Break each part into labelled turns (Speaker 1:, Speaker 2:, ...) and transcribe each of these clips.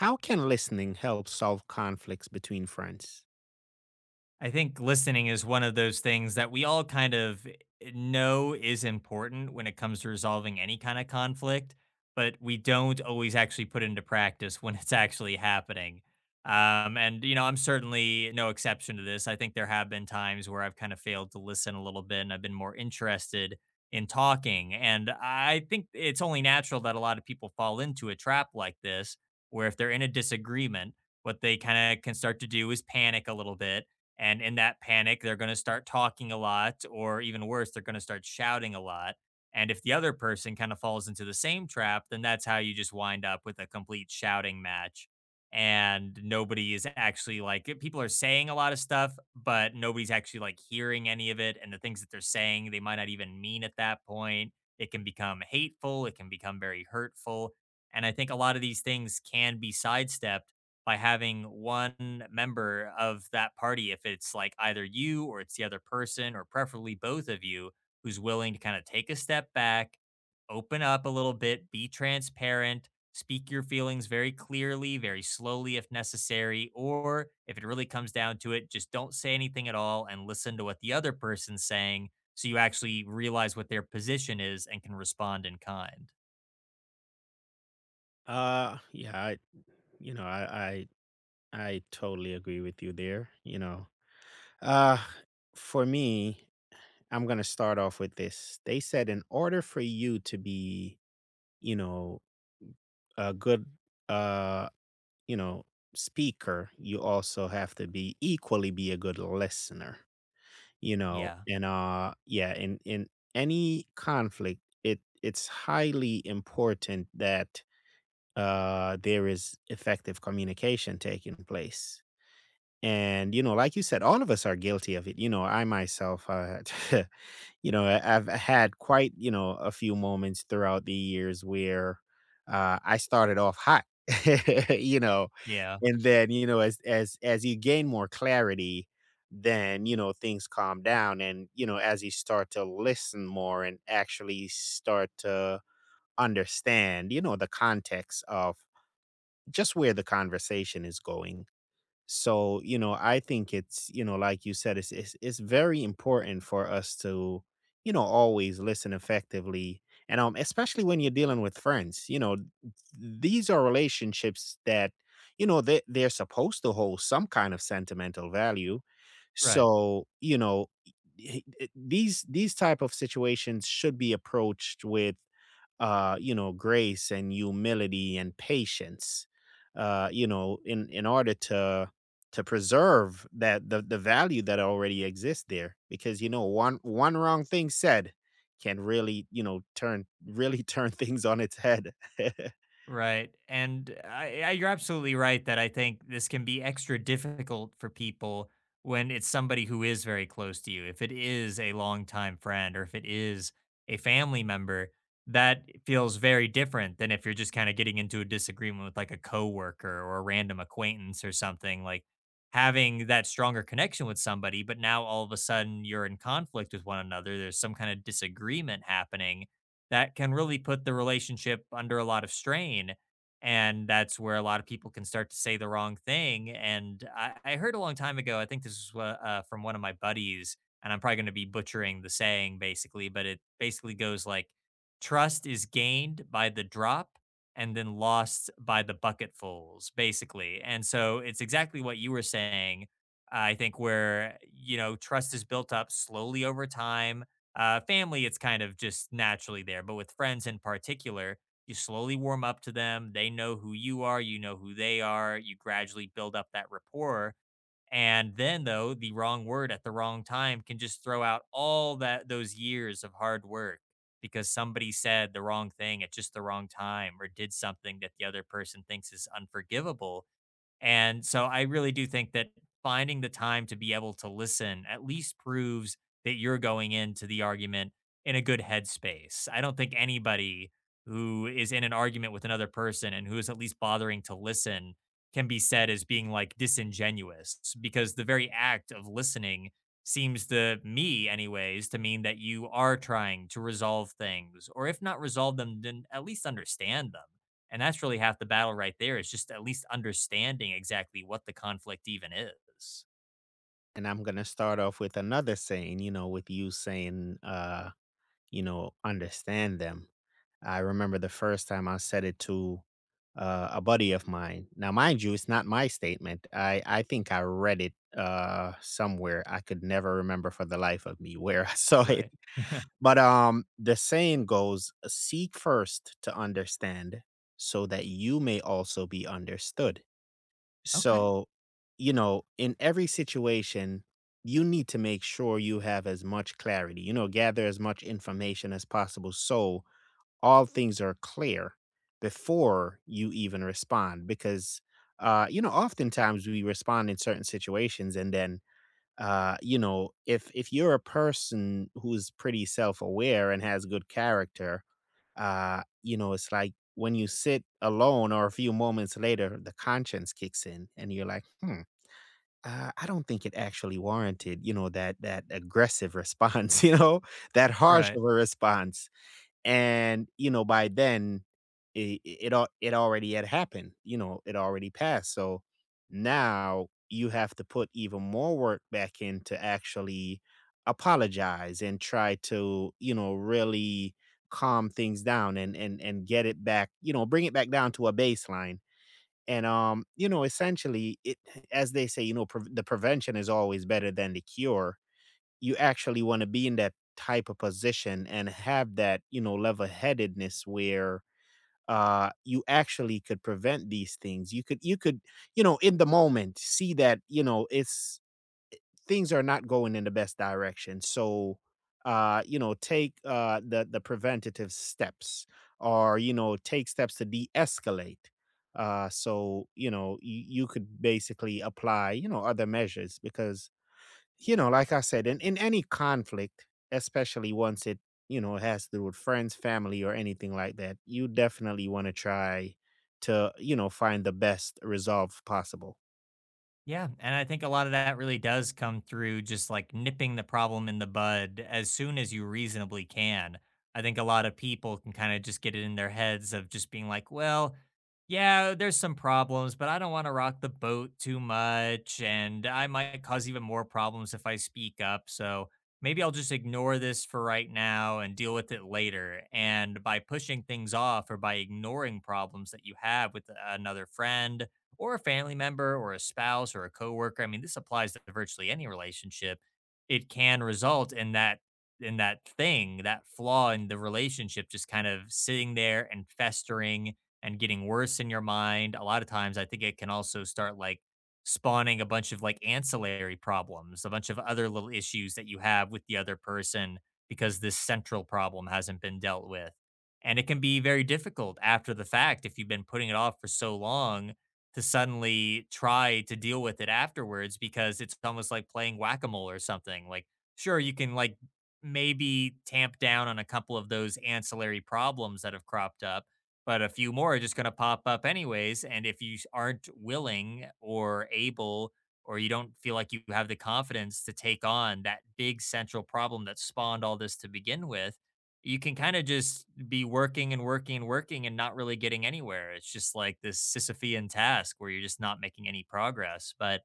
Speaker 1: How can listening help solve conflicts between friends?
Speaker 2: I think listening is one of those things that we all kind of know is important when it comes to resolving any kind of conflict, but we don't always actually put into practice when it's actually happening. And, I'm certainly no exception to this. I think there have been times where I've kind of failed to listen a little bit and I've been more interested in talking. And I think it's only natural that a lot of people fall into a trap like this, where if they're in a disagreement, what they kind of can start to do is panic a little bit, and in that panic, they're going to start talking a lot, or even worse, they're going to start shouting a lot. And if the other person kind of falls into the same trap, then that's how you just wind up with a complete shouting match. And nobody is actually like, people are saying a lot of stuff, but nobody's actually like hearing any of it. And the things that they're saying, they might not even mean at that point. It can become hateful, it can become very hurtful. And I think a lot of these things can be sidestepped by having one member of that party, if it's like either you or it's the other person, or preferably both of you, who's willing to kind of take a step back, open up a little bit, be transparent, speak your feelings very clearly, very slowly if necessary, or if it really comes down to it, just don't say anything at all and listen to what the other person's saying so you actually realize what their position is and can respond in kind.
Speaker 1: Yeah, I, you know, I totally agree with you there. Uh, for me, I'm gonna start off with this. They said in order for you to be, you know, a good, uh, you know, speaker, you also have to be equally be a good listener. You know,
Speaker 2: Yeah.
Speaker 1: and yeah, in any conflict, it's highly important that there is effective communication taking place. And, you know, like you said, all of us are guilty of it. You know, I myself, you know, I've had quite, you know, a few moments throughout the years where I started off hot, you know,
Speaker 2: Yeah.
Speaker 1: and then, you know, as you gain more clarity, then, you know, things calm down. And, you know, as you start to listen more and actually start to understand, you know, the context of just where the conversation is going. So, you know, I think it's, you know, like you said, it's very important for us to, you know, always listen effectively. And especially when you're dealing with friends, you know, these are relationships that, you know, they're supposed to hold some kind of sentimental value.
Speaker 2: Right.
Speaker 1: So, you know, these type of situations should be approached with you know, grace and humility and patience, in order to preserve that the value that already exists there, because you know, one wrong thing said can really, you know, turn really turn things on its head.
Speaker 2: Right. And you're absolutely right that I think this can be extra difficult for people when it's somebody who is very close to you. If it is a longtime friend or if it is a family member, that feels very different than if you're just kind of getting into a disagreement with like a coworker or a random acquaintance, or something like having that stronger connection with somebody, but now all of a sudden you're in conflict with one another. There's some kind of disagreement happening that can really put the relationship under a lot of strain. And that's where a lot of people can start to say the wrong thing. And I heard a long time ago, I think this was from one of my buddies, and I'm probably going to be butchering the saying basically, but it basically goes like, trust is gained by the drop and then lost by the bucketfuls, basically. And so it's exactly what you were saying. I think where, you know, trust is built up slowly over time. Family, it's kind of just naturally there, but with friends in particular, you slowly warm up to them. They know who you are, you know who they are. You gradually build up that rapport. And then, though, the wrong word at the wrong time can just throw out all that, those years of hard work, because somebody said the wrong thing at just the wrong time or did something that the other person thinks is unforgivable. And so I really do think that finding the time to be able to listen at least proves that you're going into the argument in a good headspace. I don't think anybody who is in an argument with another person and who is at least bothering to listen can be said as being like disingenuous, because the very act of listening seems to me, anyways, to mean that you are trying to resolve things, or if not resolve them, then at least understand them. And that's really half the battle right there, is just at least understanding exactly what the conflict even is,
Speaker 1: And I'm gonna start off with another saying, you know, with you saying, understand them. I remember the first time I said it to, a buddy of mine. Now, mind you, it's not my statement. I think I read it, somewhere. I could never remember for the life of me where I saw it.
Speaker 2: right?
Speaker 1: But, the saying goes, "Seek first to understand so that you may also be understood."
Speaker 2: Okay.
Speaker 1: So, you know, in every situation, you need to make sure you have as much clarity, you know, gather as much information as possible so all things are clear before you even respond because oftentimes we respond in certain situations and then if you're a person who's pretty self-aware and has good character, you know, it's like when you sit alone or a few moments later the conscience kicks in and you're like I don't think it actually warranted, you know, that aggressive response, you know, that harsh of
Speaker 2: Right.
Speaker 1: a response. And, you know, by then, it already had happened, you know, it already passed, so now you have to put even more work back in to actually apologize and try to, you know, really calm things down and get it back, you know, bring it back down to a baseline. And, you know, essentially, it as they say, you know, "Prev the prevention is always better than the cure." You actually want to be in that type of position and have that, you know, level-headedness where you actually could prevent these things. You know, in the moment see that you know it's things are not going in the best direction, so you know take the preventative steps or you know take steps to de-escalate. So you know you could basically apply, you know, other measures because you know, like I said, in any conflict, especially once it, you know, has to do with friends, family, or anything like that, you definitely want to try to, you know, find the best resolve possible.
Speaker 2: Yeah, and I think a lot of that really does come through just like nipping the problem in the bud as soon as you reasonably can. I think a lot of people can kind of just get it in their heads of just being like, well, yeah, there's some problems, but I don't want to rock the boat too much. And I might cause even more problems if I speak up. So maybe I'll just ignore this for right now and deal with it later. And by pushing things off or by ignoring problems that you have with another friend, or a family member or a spouse or a coworker. I mean, this applies to virtually any relationship. It can result in that, in that thing, that flaw in the relationship just kind of sitting there and festering and getting worse in your mind. A lot of times I think it can also start like spawning a bunch of like ancillary problems, a bunch of other little issues that you have with the other person because this central problem hasn't been dealt with. And it can be very difficult after the fact, if you've been putting it off for so long, to suddenly try to deal with it afterwards, because it's almost like playing whack-a-mole or something. Like, sure, you can like maybe tamp down on a couple of those ancillary problems that have cropped up, but a few more are just going to pop up anyways. And if you aren't willing or able, or you don't feel like you have the confidence to take on that big central problem that spawned all this to begin with, you can kind of just be working and working and working and not really getting anywhere. It's just like this Sisyphean task where you're just not making any progress. But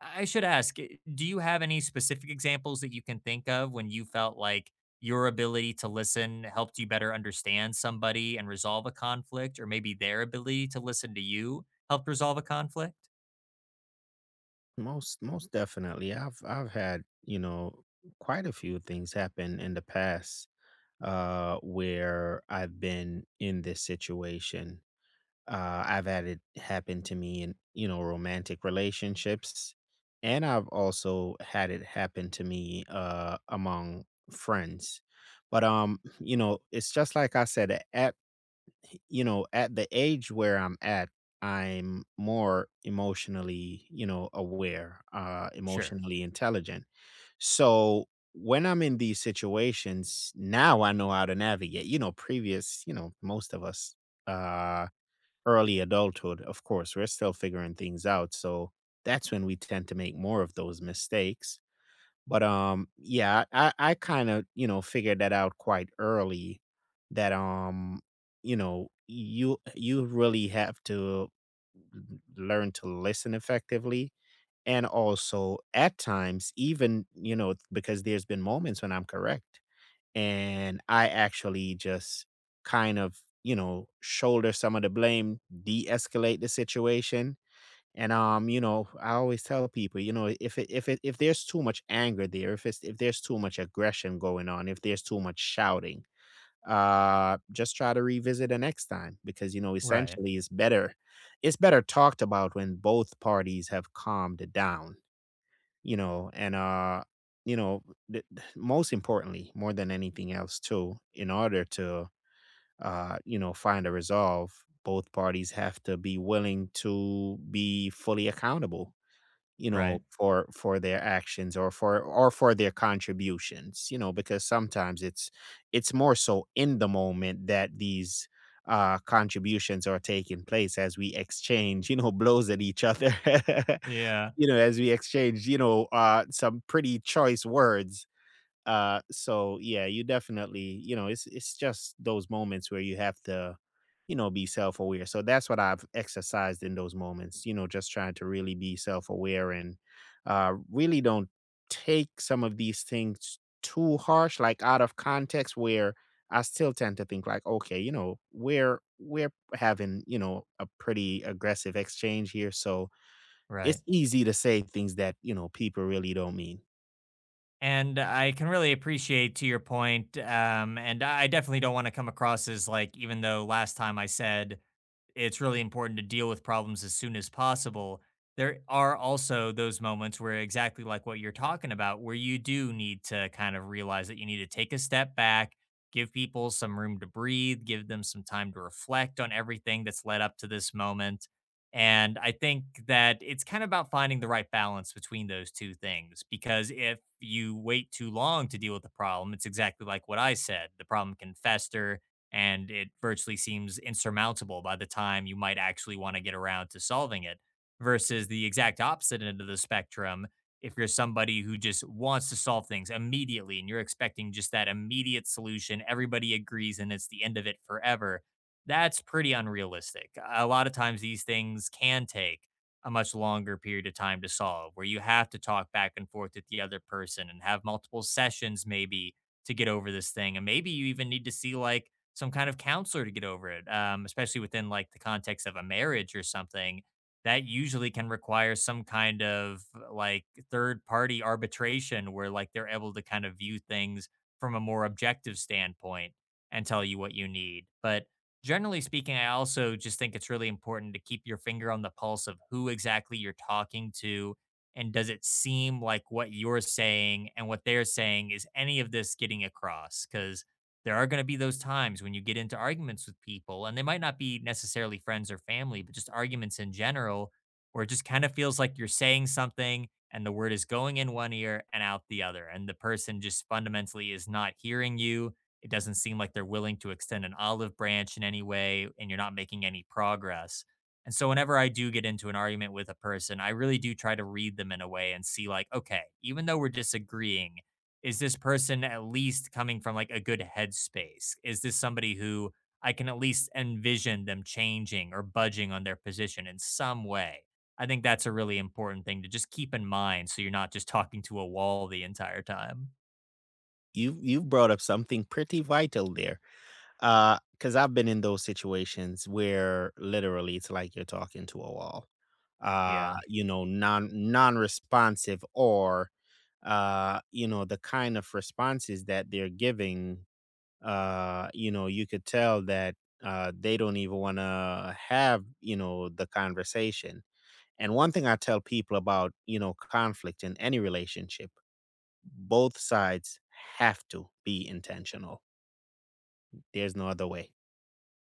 Speaker 2: I should ask, do you have any specific examples that you can think of when you felt like your ability to listen helped you better understand somebody and resolve a conflict, or maybe their ability to listen to you helped resolve a conflict?
Speaker 1: Most definitely. I've had, you know, quite a few things happen in the past where I've been in this situation. I've had it happen to me in, you know, romantic relationships, and I've also had it happen to me among friends. But you know, it's just like I said, at you know, at the age where I'm at, I'm more emotionally, you know, aware,
Speaker 2: Sure.
Speaker 1: emotionally intelligent. So when I'm in these situations, now I know how to navigate. You know, previous, you know, most of us. Uh Early adulthood, of course, we're still figuring things out. So that's when we tend to make more of those mistakes. But yeah, I kind of, you know, figured that out quite early that you know, you really have to learn to listen effectively and also at times even, you know, because there's been moments when I'm correct and I actually just kind of, you know, shoulder some of the blame, de-escalate the situation. And you know, I always tell people, you know, if there's too much anger there, if there's too much aggression going on, if there's too much shouting, just try to revisit the next time because you know,
Speaker 2: Right.
Speaker 1: essentially, it's better talked about when both parties have calmed down, you know. And uh you know most importantly, more than anything else too, in order to you know find a resolve, both parties have to be willing to be fully accountable, you know,
Speaker 2: Right.
Speaker 1: for their actions or for their contributions, you know, because sometimes it's more so in the moment that these contributions are taking place as we exchange you know blows at each other.
Speaker 2: Yeah.
Speaker 1: You know, as we exchange, you know, some pretty choice words. So yeah, you definitely, you know, it's just those moments where you have to, you know, be self aware. So that's what I've exercised in those moments. You know, just trying to really be self aware and really don't take some of these things too harsh, like out of context, where I still tend to think like, okay, you know, we're having you know a pretty aggressive exchange here, so
Speaker 2: Right.
Speaker 1: it's easy to say things that, you know, people really don't mean.
Speaker 2: And I can really appreciate to your point, and I definitely don't want to come across as like, even though last time I said it's really important to deal with problems as soon as possible. There are also those moments where, exactly like what you're talking about, where you do need to kind of realize that you need to take a step back, give people some room to breathe, give them some time to reflect on everything that's led up to this moment. And I think that it's kind of about finding the right balance between those two things. Because if you wait too long to deal with the problem, it's exactly like what I said, the problem can fester, and it virtually seems insurmountable by the time you might actually want to get around to solving it. Versus the exact opposite end of the spectrum, if you're somebody who just wants to solve things immediately and you're expecting just that immediate solution, everybody agrees and it's the end of it forever, that's pretty unrealistic. A lot of times these things can take a much longer period of time to solve, where you have to talk back and forth with the other person and have multiple sessions maybe to get over this thing. And maybe you even need to see like some kind of counselor to get over it, especially within like the context of a marriage or something. That usually can require some kind of like third party arbitration, where like they're able to kind of view things from a more objective standpoint and tell you what you need. But generally speaking, I also just think it's really important to keep your finger on the pulse of who exactly you're talking to. And does it seem like what you're saying and what they're saying, is any of this getting across? Because there are going to be those times when you get into arguments with people, and they might not be necessarily friends or family, but just arguments in general, where it just kind of feels like you're saying something and the word is going in one ear and out the other. And the person just fundamentally is not hearing you. It doesn't seem like they're willing to extend an olive branch in any way, and you're not making any progress. And so, whenever I do get into an argument with a person, I really do try to read them in a way and see, like, okay, even though we're disagreeing, is this person at least coming from like a good headspace? Is this somebody who I can at least envision them changing or budging on their position in some way? I think that's a really important thing to just keep in mind, so you're not just talking to a wall the entire time.
Speaker 1: You've brought up something pretty vital there, because 'cause I've been in those situations where literally it's like you're talking to a wall.
Speaker 2: Yeah.
Speaker 1: You know, non-responsive, or you know, the kind of responses that they're giving, you know, you could tell that, they don't even wanna have, you know, the conversation. And one thing I tell people about, you know, conflict in any relationship: both sides have to be intentional. There's no other way.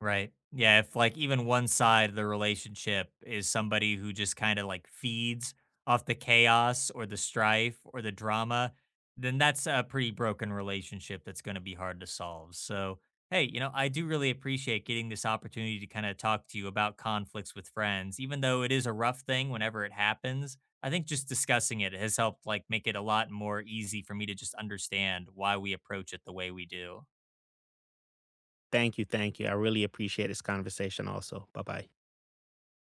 Speaker 2: Right. Yeah. If like even one side of the relationship is somebody who just kind of like feeds off the chaos or the strife or the drama, then that's a pretty broken relationship that's going to be hard to solve. So, hey, you know, I do really appreciate getting this opportunity to kind of talk to you about conflicts with friends, even though it is a rough thing whenever it happens. I think just discussing it has helped like make it a lot more easy for me to just understand why we approach it the way we do.
Speaker 1: Thank you. Thank you. I really appreciate this conversation also. Bye bye.